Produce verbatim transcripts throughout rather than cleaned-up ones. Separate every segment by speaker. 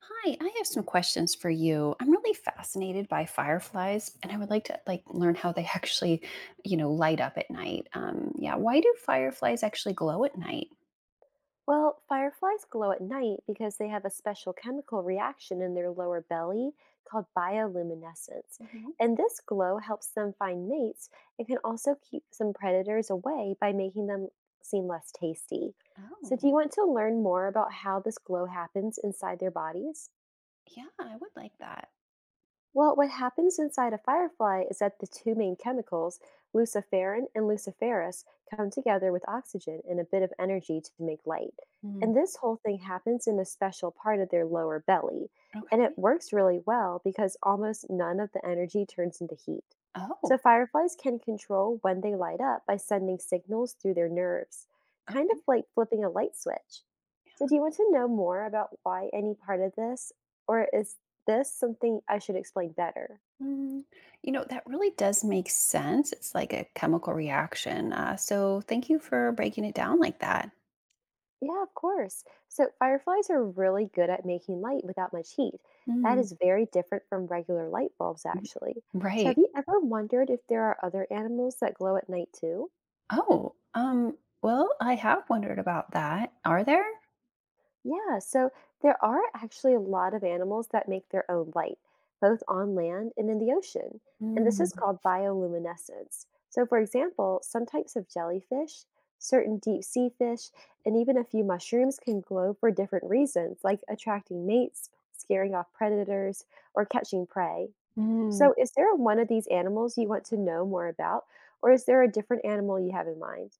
Speaker 1: Hi, I have some questions for you. I'm really fascinated by fireflies, and I would like to like learn how they actually, you know, light up at night. Um, yeah, why do fireflies actually glow at night?
Speaker 2: Well, fireflies glow at night because they have a special chemical reaction in their lower belly called bioluminescence.
Speaker 1: Hmm.
Speaker 2: And this glow helps them find mates and can also keep some predators away by making them seem less tasty. So, do
Speaker 1: Oh,
Speaker 2: you want to learn more about how this glow happens inside their bodies?
Speaker 1: yeah, I would like that.
Speaker 2: Well, what happens inside a firefly is that the two main chemicals, luciferin and luciferase, come together with oxygen and a bit of energy to make light.
Speaker 1: Mm,
Speaker 2: And this whole thing happens in a special part of their lower belly. And it
Speaker 1: okay.
Speaker 2: works really well because almost none of the energy turns into heat. So
Speaker 1: Oh,
Speaker 2: fireflies can control when they light up by sending signals through their nerves, kind of
Speaker 1: okay.
Speaker 2: like flipping a light switch. So, do you want to know more about why any part of this, or is this something I should explain better?
Speaker 1: Mm, you know, that really does make sense. It's like a chemical reaction. Uh, so thank you for breaking it down like that.
Speaker 2: Yeah, of course. So, fireflies are really good at making light without much heat. That
Speaker 1: Mm.
Speaker 2: is very different from regular light bulbs, actually. So, have
Speaker 1: Right.
Speaker 2: you ever wondered if there are other animals that glow at night too?
Speaker 1: Oh, um, well, I have wondered about that. Are there?
Speaker 2: Yeah, so there are actually a lot of animals that make their own light, both on land and in the ocean. And this
Speaker 1: Mm,
Speaker 2: is called bioluminescence. So, for example, some types of jellyfish, certain deep sea fish, and even a few mushrooms can glow for different reasons, like attracting mates, scaring off predators, or catching prey.
Speaker 1: mm.
Speaker 2: So, is there one of these animals you want to know more about, or is there a different animal you have in mind?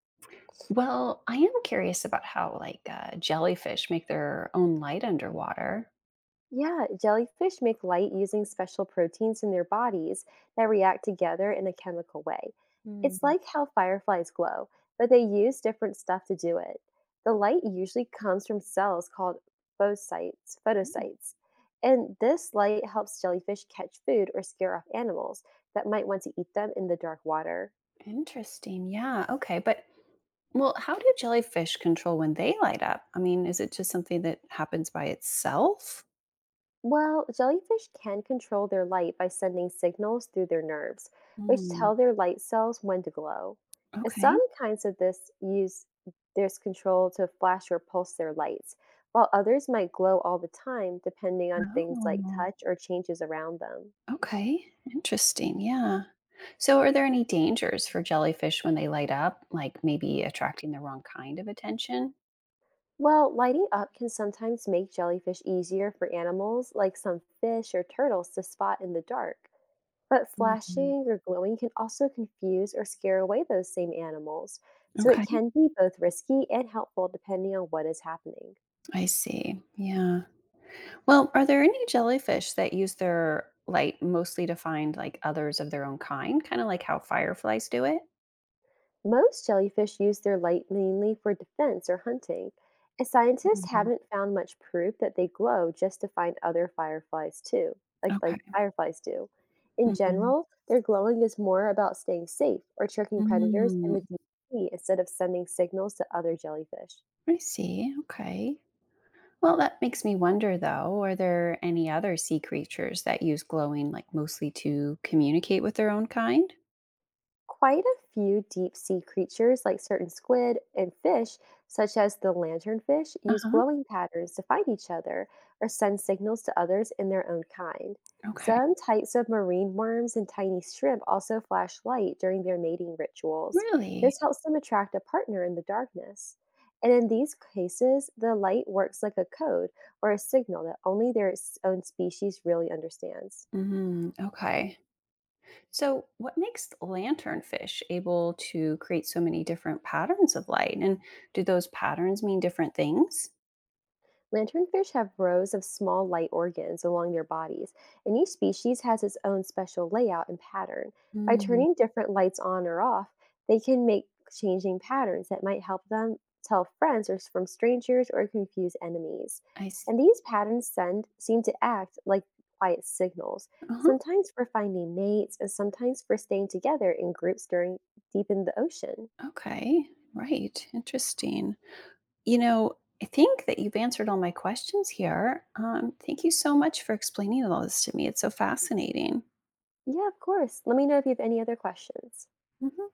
Speaker 1: Well, I am curious about how, like, uh, jellyfish make their own light underwater.
Speaker 2: Yeah, jellyfish make light using special proteins in their bodies that react together in a chemical way. It's
Speaker 1: Mm.
Speaker 2: like how fireflies glow, but they use different stuff to do it. The light usually comes from cells called phocytes,
Speaker 1: Oh,
Speaker 2: photocytes. And this light helps jellyfish catch food or scare off animals that might want to eat them in the dark water.
Speaker 1: interesting. Yeah. Okay. But, well, how do jellyfish control when they light up? I mean, is it just something that happens by itself?
Speaker 2: Well, jellyfish can control their light by sending signals through their nerves, which
Speaker 1: Mm.
Speaker 2: tell their light cells when to glow. And
Speaker 1: Okay.
Speaker 2: some kinds of this use this control to flash or pulse their lights, while others might glow all the time depending on things like
Speaker 1: Oh.
Speaker 2: touch or changes around them.
Speaker 1: Okay, interesting. Yeah. So, are there any dangers for jellyfish when they light up, like maybe attracting the wrong kind of attention?
Speaker 2: Well, lighting up can sometimes make jellyfish easier for animals like some fish or turtles to spot in the dark. But
Speaker 1: Mhm.
Speaker 2: flashing or glowing can also confuse or scare away those same animals, so it
Speaker 1: Okay,
Speaker 2: can be both risky and helpful depending on what is happening.
Speaker 1: I see. Yeah. Well, are there any jellyfish that use their light mostly to find like others of their own kind, kind of like how fireflies do it?
Speaker 2: Most jellyfish use their light mainly for defense or hunting, and scientists
Speaker 1: Mhm.
Speaker 2: haven't found much proof that they glow just to find other fireflies too, like like
Speaker 1: Okay.
Speaker 2: fireflies do. In
Speaker 1: Hmm.
Speaker 2: general, their glowing is more about staying safe or tricking predators in
Speaker 1: Mm.
Speaker 2: the deep sea instead of sending signals to other jellyfish.
Speaker 1: I see. Okay. Well, that makes me wonder though, are there any other sea creatures that use glowing like mostly to communicate with their own kind?
Speaker 2: Quite a few deep sea creatures, like certain squid and fish, such as the lanternfish, use
Speaker 1: Uh-huh.
Speaker 2: glowing patterns to find each other or send signals to others in their own kind.
Speaker 1: Okay.
Speaker 2: Some types of marine worms and tiny shrimp also flash light during their mating rituals.
Speaker 1: Really?
Speaker 2: This helps them attract a partner in the darkness. And in these cases, the light works like a code or a signal that only their s- own species really understands.
Speaker 1: Hmm. Okay. So, what makes lanternfish able to create so many different patterns of light? And do those patterns mean different things?
Speaker 2: Lanternfish have rows of small light organs along their bodies, and each species has its own special layout and pattern. By
Speaker 1: Mm,
Speaker 2: turning different lights on or off, they can make changing patterns that might help them tell friends or s- from strangers or confuse enemies.
Speaker 1: I see.
Speaker 2: And these patterns send seem to act like quiet signals,
Speaker 1: Uh-huh.
Speaker 2: sometimes for finding mates and sometimes for staying together in groups during deep in the ocean.
Speaker 1: Okay. Right. Interesting. You know, I think that you've answered all my questions here. Um, thank you so much for explaining all this to me. It's so fascinating.
Speaker 2: Yeah, of course. Let me know if you have any other questions.
Speaker 1: Mhm.